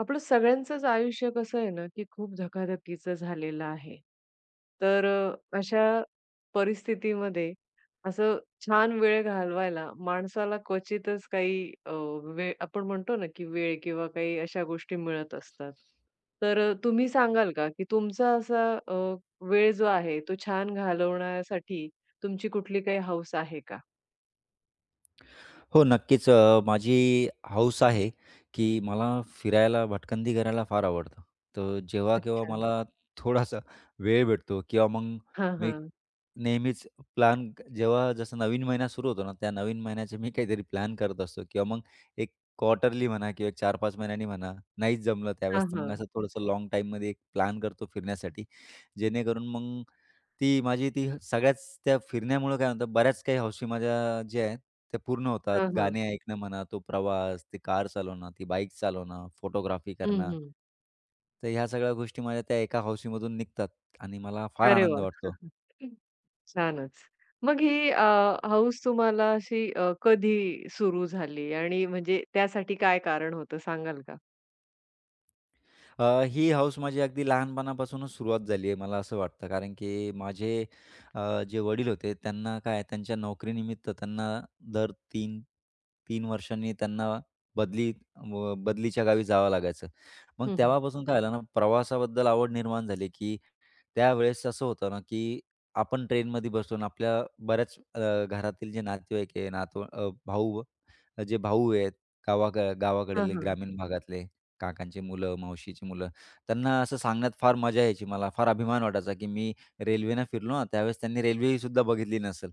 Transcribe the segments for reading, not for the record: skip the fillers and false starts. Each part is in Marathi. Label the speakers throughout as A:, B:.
A: आपलं सगळ्यांचंच आयुष्य कसं आहे ना, की खूप धकाधकीचं झालेलं आहे. तर अशा परिस्थितीमध्ये असं छान वेळ घालवायला माणसाला क्वचितच काही वेळ आपण म्हणतो ना, की वेळ किंवा काही अशा गोष्टी मिळत असतात. तर तुम्ही सांगाल का, की तुमचा असा वेळ जो आहे तो छान घालवण्यासाठी तुमची कुठली काही हौस आहे का?
B: हो, नक्कीच. माझी हौस आहे, की मला फिरायला, भटकंती करायला फार आवडतं. तर जेव्हा-केव्हा
A: अच्छा.
B: मला थोडासा वेळ भेटतो किंवा मग
A: हां,
B: मी
A: हां.
B: नेहमीच प्लॅन जेव्हा जसं नवीन महिना सुरू होतो ना, त्या नवीन महिन्याचे मी काहीतरी प्लॅन करत असतो किंवा मग एक क्वार्टरली म्हणा किंवा 4-5 महिन्यांनी म्हणा, नाहीच जमलं त्यावेळेस,
A: हां,
B: तर मग
A: हां.
B: असं थोडंसं लाँग टाईममध्ये एक प्लॅन करतो फिरण्यासाठी. जेणेकरून मग ती माझी ती सगळ्याच त्या फिरण्यामुळं काय म्हणतात बऱ्याच काही हौशी माझ्या ज्या आहेत त्या पूर्ण होतात.
A: हां, हां.
B: गाणे ऐकणं म्हणा, तो प्रवास, ती कार चालवणं, ती बाईक चालवणं, फोटोग्राफी
A: हं,
B: करणं.
A: हं.
B: तर ह्या सगळ्या गोष्टी माझ्या त्या एका हौशीमधून निघतात आणि मला फार
A: अरे
B: आनंद
A: वाह!
B: वाटतो.
A: छानच. मग ही हौस तुम्हाला अशी कधी सुरू झाली आणि म्हणजे त्यासाठी काय कारण होतं सांगाल का?
B: अ, ही हौस माझी अगदी लहानपणापासूनच सुरुवात झाली आहे मला असं वाटतं. कारण की माझे जे वडील होते त्यांना काय त्यांच्या नोकरीनिमित्त त्यांना दर 3 वर्षांनी त्यांना बदली व बदलीच्या गावी जावं लागायचं. मग
A: हं, हं.
B: तेव्हापासून काय झालं ना प्रवासाबद्दल आवड निर्माण झाली, की त्यावेळेस असं होतं ना, की आपण ट्रेनमध्ये बसून आपल्या बऱ्याच घरातील जे नातेवाईक आहे, भाऊ जे भाऊ आहेत,
A: हां,
B: गावाकडले हं.
A: हां.
B: ग्रामीण भागातले, काकांची मुलं, मावशीची मुलं, त्यांना असं सांगण्यात फार मजा यायची मला. फार अभिमान वाटायचा, की मी रेल्वेनं फिरलो ना, त्यावेळेस त्यांनी रेल्वेसुद्धा बघितली नसेल.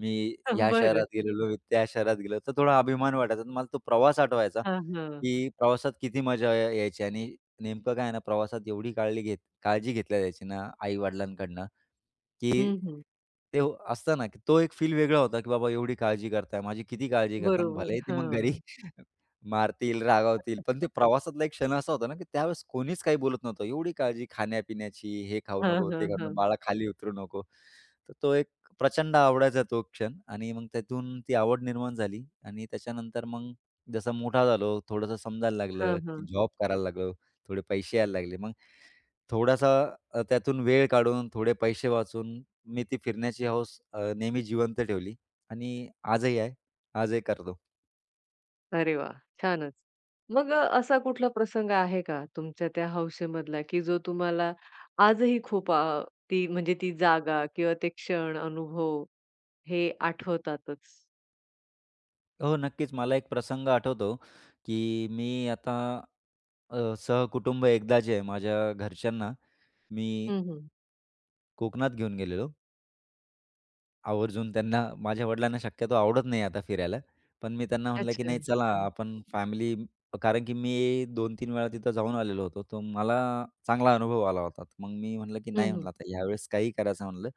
B: मी ह्या शहरात
A: बरं.
B: गेलेलो, मी त्या शहरात गेलो, तर थोडा अभिमान वाटायचा. तर मला तो प्रवास आठवायचा,
A: हां, हां.
B: की प्रवासात किती मजा यायची आणि नेमकं काय आहे ना, प्रवासात एवढी काळजी घेतल्या जायची ना आई-वडिलांकडनं की
A: हं, हं.
B: ते असतं ना, की तो एक फील वेगळा होता, की बाबा एवढी काळजी करताय, माझी किती काळजी करताय आणि
A: बरोबर.
B: भलेही ते मग घरी
A: हां.
B: मारतील, रागावतील, पण ते प्रवासातला एक क्षण असा होता ना, की त्यावेळेस कोणीच काही बोलत नव्हतं. एवढी काळजी खाण्यापिण्याची, हे खाऊ
A: हां,
B: नको,
A: हां,
B: ते खाऊ नको,
A: हां.
B: बाळा खाली उतरू नको. तर तो एक प्रचंड आवडायचा तो क्षण आणि मग त्यातून ती आवड निर्माण झाली आणि त्याच्यानंतर मग जसं मोठा झालो, थोडंसं समजायला
A: हां,
B: लागलं, की
A: हां.
B: जॉब करायला लागलो, थोडे पैसे यायला लागले. मग थोडासा त्यातून वेळ काढून, थोडे पैसे वाचून मी ती फिरण्याची हौस नेहमी जिवंत ठेवली आणि आजही आहे. आजही करतो.
A: अरे वाह! छानच. मग असा कुठला प्रसंग आहे का तुमच्या त्या हौसेमधला, की जो तुम्हाला आजही खूप ती म्हणजे ती जागा किंवा ते क्षण, अनुभव हे आठवतातच?
B: हो, नक्कीच. मला एक प्रसंग आठवतो, की मी आता सहकुटुंब एकदा जे आहे माझ्या घरच्यांना मी
A: हं, हं.
B: कोकणात घेऊन गेलेलो. आवर्जून त्यांना माझ्या वडिलांना शक्यतो आवडत नाही आता फिरायला. पण मी त्यांना म्हटलं, की
A: अच्छा.
B: "नाही चला
A: हां.
B: आपण फॅमिली" कारण की मी 2-3 वेळा तिथं जाऊन आलेलो होतो. तर मला चांगला अनुभव आला होता. तर मग मी म्हटलं, की "नाही,"
A: हं, हं.
B: म्हटलं, "आता ह्यावेळेस काही करायचं," म्हटलं,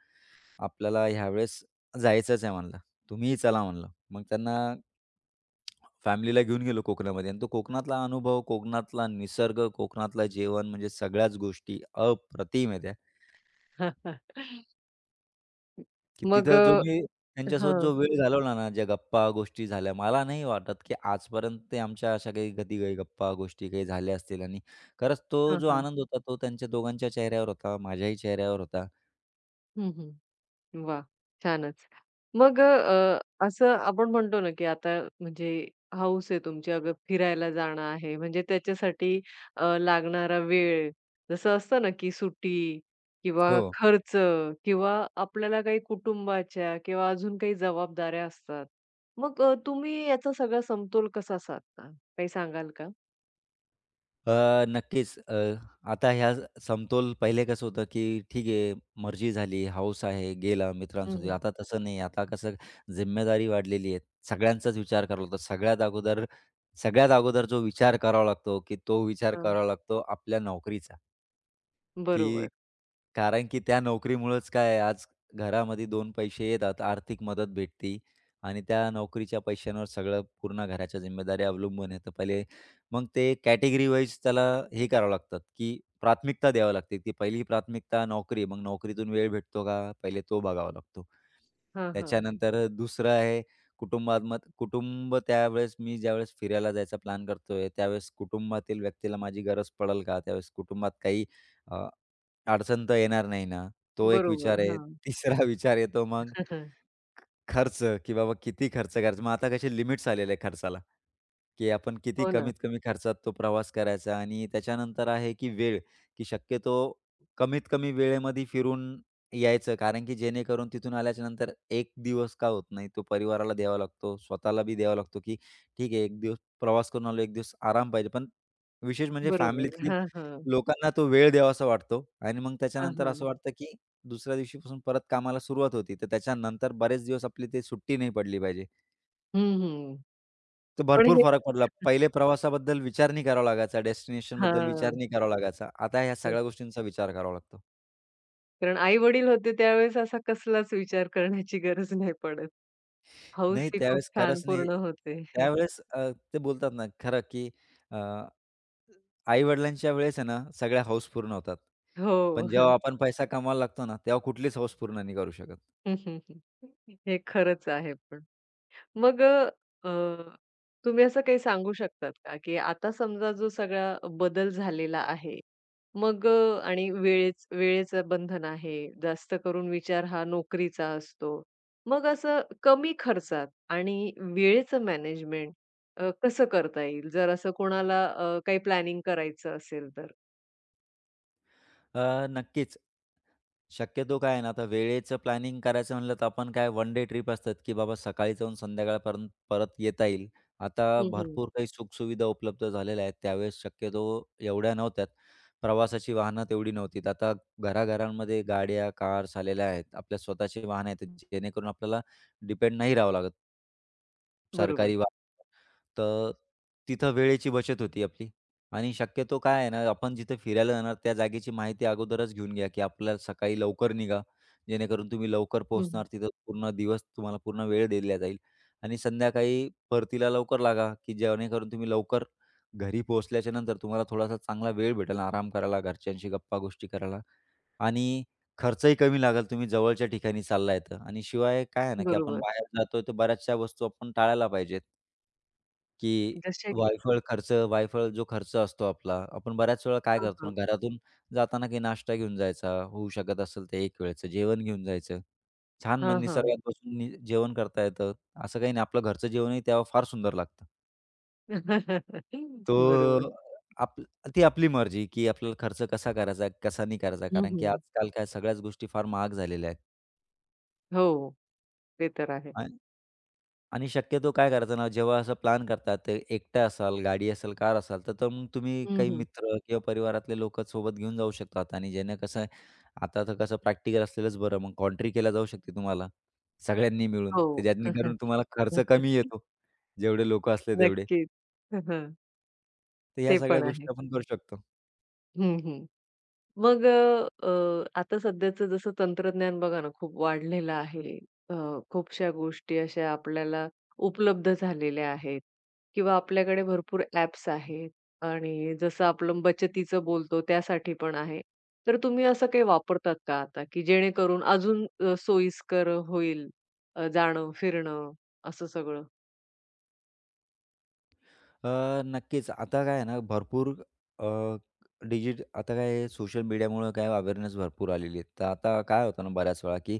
B: "आपल्याला ह्यावेळेस जायचंच आहे," म्हटलं, "तुम्हीही चला," म्हटलं. मग त्यांना फॅमिलीला घेऊन गेलो कोकणामध्ये आणि तो कोकणातला अनुभव, कोकणातला निसर्ग, कोकणातलं जेवण म्हणजे सगळ्याच गोष्टी अप्रतिम आहे की
A: मग
B: तिथं जो मी त्यांच्यासोबत
A: हां,
B: जो वेळ घालवला ना, ज्या गप्पा गोष्टी झाल्या, मला नाही वाटत की आजपर्यंत ते आमच्या अशा काही कधी काही गप्पा गोष्टी काही झाल्या असतील आणि खरंच तो
A: हां,
B: जो
A: हां.
B: आनंद होता, तो त्यांच्या दोघांच्या चेहऱ्यावर होता, माझ्याही चेहऱ्यावर होता.
A: हं, हं. वाह! छानच. मग असं आपण म्हणतो ना, की आता म्हणजे हौस आहे तुमची अगं फिरायला जाणं आहे, म्हणजे त्याच्यासाठी लागणारा वेळ, जसं असतं ना, की सुट्टी किंवा
B: हो.
A: खर्च किंवा आपल्याला काही कुटुंबाच्या किंवा अजून काही जबाबदाऱ्या असतात. मग तुम्ही याचा सगळा समतोल कसा साधता? काही सांगाल का?
B: अ, नक्कीच. आता ह्या समतोल पहिले कसं होतं, की ठीक आहे, मर्जी झाली, हौस आहे, गेला
A: हं,
B: मित्रांसोबत.
A: हं.
B: आता तसं नाही. आता कसं जिम्मेदारी वाढलेली आहे. सगळ्यांचाच विचार करावा लागतो. सगळ्यात अगोदर जो विचार करावा लागतो, की तो विचार
A: हां.
B: करावा लागतो आपल्या नोकरीचा. की
A: बरोबर.
B: कारण की त्या नोकरीमुळेच काय आहे, आज घरामध्ये 2 पैसे येतात, आर्थिक मदत भेटते आणि त्या नोकरीच्या पैशांवर सगळं पूर्ण घराच्या जिम्मेदाऱ्या अवलंबून आहे. तर पहिले मग ते कॅटेगरी वाईज त्याला हे करावं लागतात, की प्राथमिकता द्यावी लागते, की पहिली प्राथमिकता नोकरी. मग नोकरीतून वेळ भेटतो का? पहिले तो बघावा लागतो.
A: हां, हां.
B: त्याच्यानंतर दुसरं आहे कुटुंबात कुटुंब त्यावेळेस मी ज्यावेळेस फिरायला जायचा प्लॅन करतोय, त्यावेळेस कुटुंबातील व्यक्तीला माझी गरज पडेल का? त्यावेळेस कुटुंबात काही अ, अडचण तर येणार नाही ना? तो एक
A: बरोबर.
B: विचार आहे.
A: हां.
B: तिसरा विचार येतो मग
A: हां.
B: खर्च, की बाबा किती खर्च करायचा. मग आता कसे लिमिट्स आलेले आहे खर्चाला, की आपण किती
A: हो ना.
B: कमीत कमी खर्चात तो प्रवास करायचा आणि त्याच्यानंतर आहे की वेळ, की शक्यतो कमीत कमी वेळेमध्ये फिरून यायचं. कारण की जेणेकरून तिथून आल्याच्यानंतर 1 दिवस का होत नाही, तो परिवाराला द्यावा लागतो, स्वतःला बी द्यावा लागतो, की ठीक आहे 1 दिवस प्रवास करून आलो, 1 दिवस आराम पाहिजे. पण विशेष म्हणजे
A: बरोबर.
B: फॅमिलीतील
A: हां, हां.
B: लोकांना तो वेळ द्यावासा वाटतो आणि मग
A: हां,
B: त्याच्यानंतर असं
A: हां.
B: वाटतं की दुसऱ्या दिवशीपासून परत कामाला सुरुवात होती. तर त्याच्यानंतर बरेच दिवस आपली ते सुट्टी नाही पडली पाहिजे.
A: हं, हं.
B: तर
A: पण
B: भरपूर
A: हे
B: फरक पडला. पहिले प्रवासाबद्दल विचार नाही करावा लागायचा, डेस्टिनेशनबद्दल विचार
A: हां.
B: नाही करावा लागायचा. आता ह्या
A: तर
B: सगळ्या गोष्टींचा विचार करावा लागतो.
A: कारण आई-वडील होते त्यावेळेस असा कसलाच विचार करण्याची गरज नाही पडत.
B: नाही
A: हौस ही खूप
B: त्यावेळेस
A: छान
B: खरंच नाही.
A: पूर्ण होते.
B: त्यावेळेस ते बोलतात ना खरं की आई-वडिलांच्या वेळेस आहे ना सगळ्या हौस पूर्ण होतात. पण जेव्हा
A: हो.
B: आपण पैसा कमवायला लागतो ना, तेव्हा कुठलीच हौस पूर्ण नाही करू शकत.
A: हं, हं, हं. हे खरंच आहे पण. मग अ, अ, तुम्ही असं काही सांगू शकतात का, की आता समजा जो सगळा बदल झालेला आहे, मग आणि वेळेचं बंधन आहे, जास्त करून विचार हा नोकरीचा असतो. मग असं कमी खर्चात आणि वेळेचं मॅनेजमेंट कसं करता येईल? जर असं कोणाला काही प्लॅनिंग करायचं असेल तर?
B: अ, नक्कीच. शक्यतो काय आहे ना, आता वेळेचं प्लॅनिंग करायचं म्हणलं तर आपण काय वन डे ट्रिप असतात, की बाबा सकाळी जाऊन संध्याकाळपर्यंत परत येता येईल. आता
A: हं, हं.
B: भरपूर काही सुखसुविधा उपलब्ध झालेल्या आहेत. त्यावेळेस शक्यतो एवढ्या नव्हत्यात. प्रवासाची वाहनं तेवढी नव्हती. आता घराघरांमध्ये गाड्या, कार्स आलेल्या आहेत. आपल्या स्वतःची वाहनं आहेत, जेणेकरून आपल्याला डिपेंड नाही राहावं लागत.
A: बरोबर.
B: सरकारी तर तिथं वेळेची बचत होती आपली आणि शक्यतो काय आहे ना, आपण जिथे फिरायला जाणार त्या जागेची माहिती अगोदरच घेऊन घ्या, की आपल्याला सकाळी लवकर निघा, जेणेकरून तुम्ही लवकर
A: हं,
B: पोहोचणार. तिथं पूर्ण दिवस तुम्हाला पूर्ण वेळ दिला जाईल आणि संध्याकाळी परतीला लवकर लागा, की जेणेकरून तुम्ही लवकर घरी पोहोचल्याच्यानंतर तुम्हाला थोडासा चांगला वेळ भेटेल आराम करायला, घरच्यांशी गप्पा-गोष्टी करायला आणि खर्चही कमी लागेल. तुम्ही जवळच्या ठिकाणी चाललाय तर आणि शिवाय काय आहे ना, की आपण
A: बरोबर.
B: बाहेर जातोय तर बऱ्याचशा वस्तू आपण टाळायला पाहिजेत. की
A: जसे की
B: वायफळ जो खर्च असतो आपला, आपण बऱ्याच वेळा काय
A: हां,
B: करतो
A: हां.
B: ना, घरातून जाताना काही नाश्ता घेऊन जायचा, होऊ शकत असेल तर एक वेळचं जेवण घेऊन जायचं. छान मग
A: हां, हां.
B: निसर्गात बसून नि जेवण करता येतं. असं काही नाही, आपलं घरचं जेवणही तेव्हा फार सुंदर लागतं. तो
A: बरोबर.
B: आप ती आपली मर्जी, की आपल्याला खर्च कसा करायचा, कसा नाही करायचा.
A: हं,
B: कारण की
A: हं.
B: आजकाल काय सगळ्याच गोष्टी फार महाग झालेल्या आहेत.
A: हो. ते तर आहे.
B: आणि शक्यतो काय करायचं ना, जेव्हा असं प्लॅन करतात, ते एकटं असाल, गाडी असेल, कार असाल, तर तर मग तुम्ही
A: हं,
B: काही
A: हं.
B: मित्र किंवा परिवारातले लोकं सोबत घेऊन जाऊ शकतात आणि ज्यानं कसं आहे, आता तर कसं प्रॅक्टिकल असलेलंच बरं. मग कॉन्ट्री केल्या जाऊ शकते तुम्हाला सगळ्यांनी मिळून. तर
A: हो.
B: ज्याने करून तुम्हाला खर्च कमी येतो, जेवढे लोकं असले तेवढे.
A: नक्कीच. हं,
B: तर ह्या
A: ते
B: सगळ्या
A: पण आहे.
B: गोष्टी आपण करू शकतो.
A: हं, हं. मग अ, अ, आता सध्याचं जसं तंत्रज्ञान बघा ना, खूप वाढलेलं आहे. अ, खूपशा गोष्टी अशा आपल्याला उपलब्ध झालेल्या आहेत किंवा आपल्याकडे भरपूर ॲप्स आहेत आणि जसं आपण बचतीचं बोलतो त्यासाठी पण आहे. तर तुम्ही असं काही वापरतात का आता, की जेणेकरून अजून सोयीस्कर होईल जाणं, फिरणं असं सगळं?
B: अ, नक्कीच. आता काय आहे ना, भरपूर अ, आता काय सोशल मीडियामुळं काय अवेअरनेस भरपूर आलेली आहे. तर आता काय होतं ना बऱ्याच वेळा, की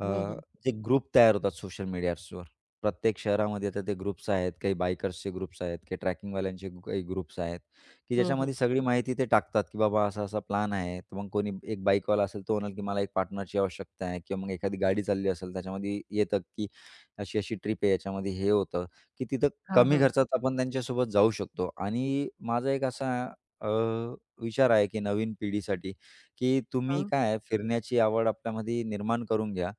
B: अ,
A: हं, हं.
B: जे ग्रुप तयार होतात सोशल मीडियावर. प्रत्येक शहरामध्ये आता ते ग्रुप्स आहेत. काही बायकर्सचे ग्रुप्स आहेत, काही काही ग्रुप्स आहेत, की
A: हं, हं.
B: ज्याच्यामध्ये सगळी माहिती ते टाकतात, की बाबा असा-असा प्लॅन आहे. तर मग कोणी एक बाईकवाला असेल, तो म्हणाल, की मला एक पार्टनरची आवश्यकता आहे किंवा मग एखादी गाडी चालली असेल, त्याच्यामध्ये येतं, की अशी-अशी ट्रिप आहे, याच्यामध्ये हे होतं, की तिथं
A: हां,
B: कमी
A: हां.
B: खर्चात आपण त्यांच्यासोबत जाऊ शकतो आणि माझा एक असा अ, विचार आहे की नवीन पिढीसाठी, की तुम्ही
A: हां.
B: काय आहे फिरण्याची आवड आपल्यामध्ये निर्माण करून घ्या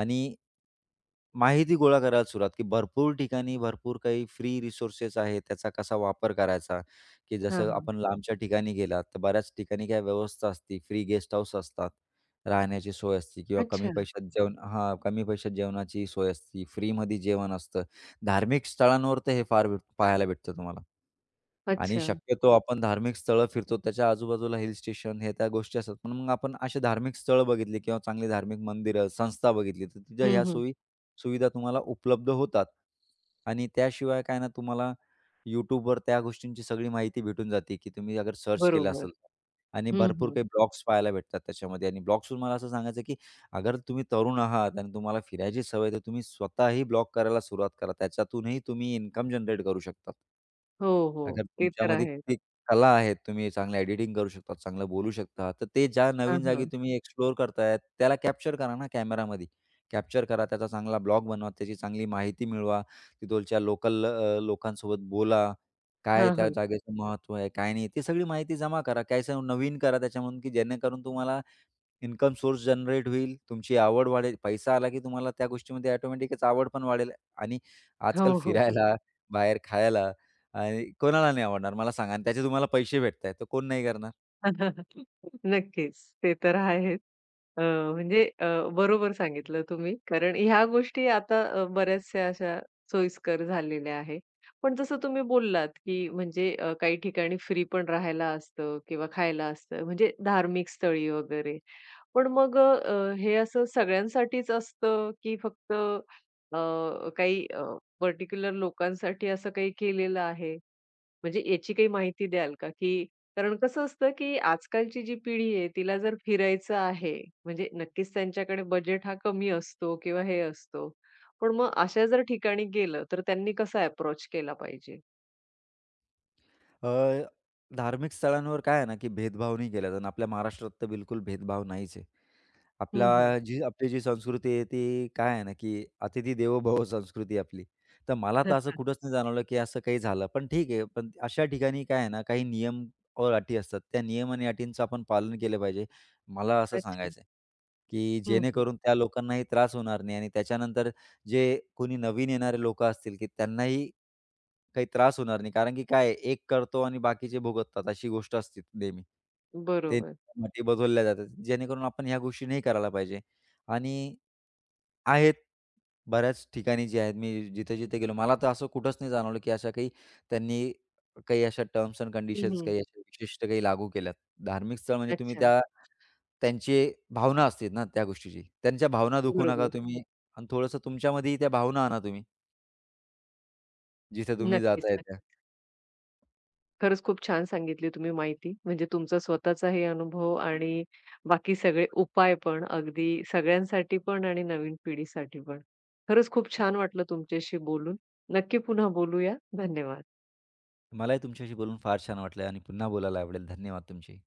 B: आणि माहिती गोळा करायला सुरुवात, की भरपूर ठिकाणी भरपूर काही फ्री रिसोर्सेस आहेत. त्याचा कसा वापर करायचा, की
A: हां,
B: जसं
A: हां.
B: आपण हो. लांबच्या ठिकाणी गेलात, तर बऱ्याच ठिकाणी काय व्यवस्था असते. फ्री गेस्ट हाऊस असतात. राहण्याची सोय असते किंवा
A: अच्छा,
B: कमी पैशात जेवणाची सोय असते. फ्रीमध्ये जेवण असतं. धार्मिक स्थळांवर तर हे फार भेट पाहायला भेटतं तुम्हाला. आणि
A: अच्छा.
B: शक्यतो आपण धार्मिक स्थळं फिरतो. त्याच्या आजूबाजूला हिल स्टेशन हे त्या गोष्टी असतात. पण मग आपण असे धार्मिक स्थळं बघितली किंवा चांगली धार्मिक मंदिरं, संस्था बघितली, तर तिथं
A: हं,
B: ह्या
A: हं.
B: सोयी सुविधा तुम्हाला उपलब्ध होतात आणि त्याशिवाय काय ना तुम्हाला YouTubeवर त्या गोष्टींची सगळी माहिती भेटून जाते, की तुम्ही अगर सर्च केलं
A: बरोबर.
B: असेल तर आणि
A: हं,
B: भरपूर
A: हं.
B: काही ब्लॉग्स पाहायला भेटतात त्याच्यामध्ये आणि ब्लॉग्सहून मला असं सांगायचं, की अगर तुम्ही तरुण आहात आणि तुम्हाला फिरायची सवय तर तुम्ही स्वतःही ब्लॉग करायला सुरुवात करा. त्याच्यातूनही तुम्ही इन्कम जनरेट करू शकतात.
A: हो, हो.
B: अगर
A: ते तर
B: तुमच्यामध्ये
A: आहे.
B: ती कला आहे, तुम्ही चांगलं एडिटिंग करू शकता, चांगलं बोलू शकता, तर ते ज्या
A: हां,
B: नवीन जागी
A: हां.
B: तुम्ही एक्सप्लोर करताय, त्याला कॅप्चर करा ना कॅमेरामध्ये. कॅप्चर करा, त्याचा चांगला ब्लॉग बनवा, त्याची चांगली माहिती मिळवा, तिथलच्या लोकल लोकांसोबत बोला. काय
A: हां,
B: त्या
A: हां.
B: जागेचं महत्त्व आहे, काय नाही? ती सगळी माहिती जमा करा. काहीसं नवीन करा त्याच्यामधून, की जेणेकरून तुम्हाला इन्कम सोर्स जनरेट होईल, तुमची आवड वाढेल. पैसा आला की तुम्हाला त्या गोष्टीमध्ये ऑटोमॅटिकच आवड पण वाढेल आणि आजकाल
A: हो, हो.
B: फिरायला, बाहेर खायला आणि कोणाला नाही आवडणार मला सांगा आणि त्याचे तुम्हाला पैसे भेटतायत, तर कोण नाही करणार?
A: नक्कीच. ते तर आहेच. म्हणजे बरोबर सांगितलं तुम्ही. कारण ह्या गोष्टी आता बऱ्याचशा अशा सोयीस्कर झालेल्या आहे. पण जसं तुम्ही बोललात, की म्हणजे काही ठिकाणी फ्री पण राहायला असतं किंवा खायला असतं, म्हणजे धार्मिक स्थळी वगैरे. पण मग हे असं सगळ्यांसाठीच असतं, की फक्त अ, काही पर्टिक्युलर लोकांसाठी असं काही केलेलं आहे? म्हणजे याची काही माहिती द्याल का? की कारण कसं असतं, की आजकालची जी पिढी आहे तिला जर फिरायचं आहे, म्हणजे नक्कीच त्यांच्याकडे बजेट हा कमी असतो किंवा हे असतो. पण मग अशा जर ठिकाणी गेलं तर त्यांनी कसा अप्रोच केला पाहिजे?
B: अ, धार्मिक स्थळांवर काय आहे ना, की भेदभाव नाही केला जात आणि आपल्या महाराष्ट्रात तर बिलकुल भेदभाव नाहीच आहे.
A: हं, हं.
B: आपला जी आपली जी संस्कृती आहे ती काय आहे ना, की अतिथी देवो भव संस्कृती आपली. तर मला तर असं कुठंच नाही जाणवलं, की असं काही झालं. पण ठीक आहे, पण अशा ठिकाणी काय आहे ना, काही नियम और अटी असतात. त्या नियम आणि अटींचं आपण पालन केलं पाहिजे. मला असं
A: अच्छा.
B: सांगायचं आहे, की
A: हं, हं.
B: जेणेकरून त्या लोकांनाही त्रास होणार नाही आणि त्याच्यानंतर जे कोणी नवीन येणारे लोकं असतील, की त्यांनाही काही त्रास होणार नाही. कारण की काय आहे, एक करतो आणि बाकीचे भोगतात अशी गोष्ट असते नेहमी. ते
A: बरोबर.
B: माती बदलल्या जातात. जेणेकरून आपण ह्या गोष्टी नाही करायला पाहिजे. आणि आहेत बऱ्याच ठिकाणी जे आहेत मी जिथे-जिथे गेलो मला तर असं कुठंच नाही जाणवलं, की अशा काही त्यांनी काही अशा टर्म्स एंड
A: हं,
B: कंडिशन्स
A: हं.
B: काही अशा विशिष्ट काही लागू केल्यात. धार्मिक स्थळ म्हणजे तुम्ही
A: अच्छा.
B: त्या त्यांची भावना असते ना त्या गोष्टीची. त्यांच्या भावना दुखवू नका
A: बरोबर.
B: तुम्ही आणि थोडंसं तुमच्यामध्येही त्या भावना आणा तुम्ही, जिथे तुम्ही
A: नक्कीच.
B: जाताय त्या.
A: खरंच खूप छान सांगितली तुम्ही माहिती. म्हणजे तुमचा स्वतःचा हे अनुभव आणि बाकी सगळे उपाय पण अगदी सगळ्यांसाठी पण आणि नवीन पिढीसाठी पण. खरंच खूप छान वाटलं तुमच्याशी बोलून. नक्की पुन्हा बोलूया. धन्यवाद.
B: मलाही तुमच्याशी बोलून फार छान वाटलं आणि पुन्हा बोलायला आवडेल. धन्यवाद तुमचे.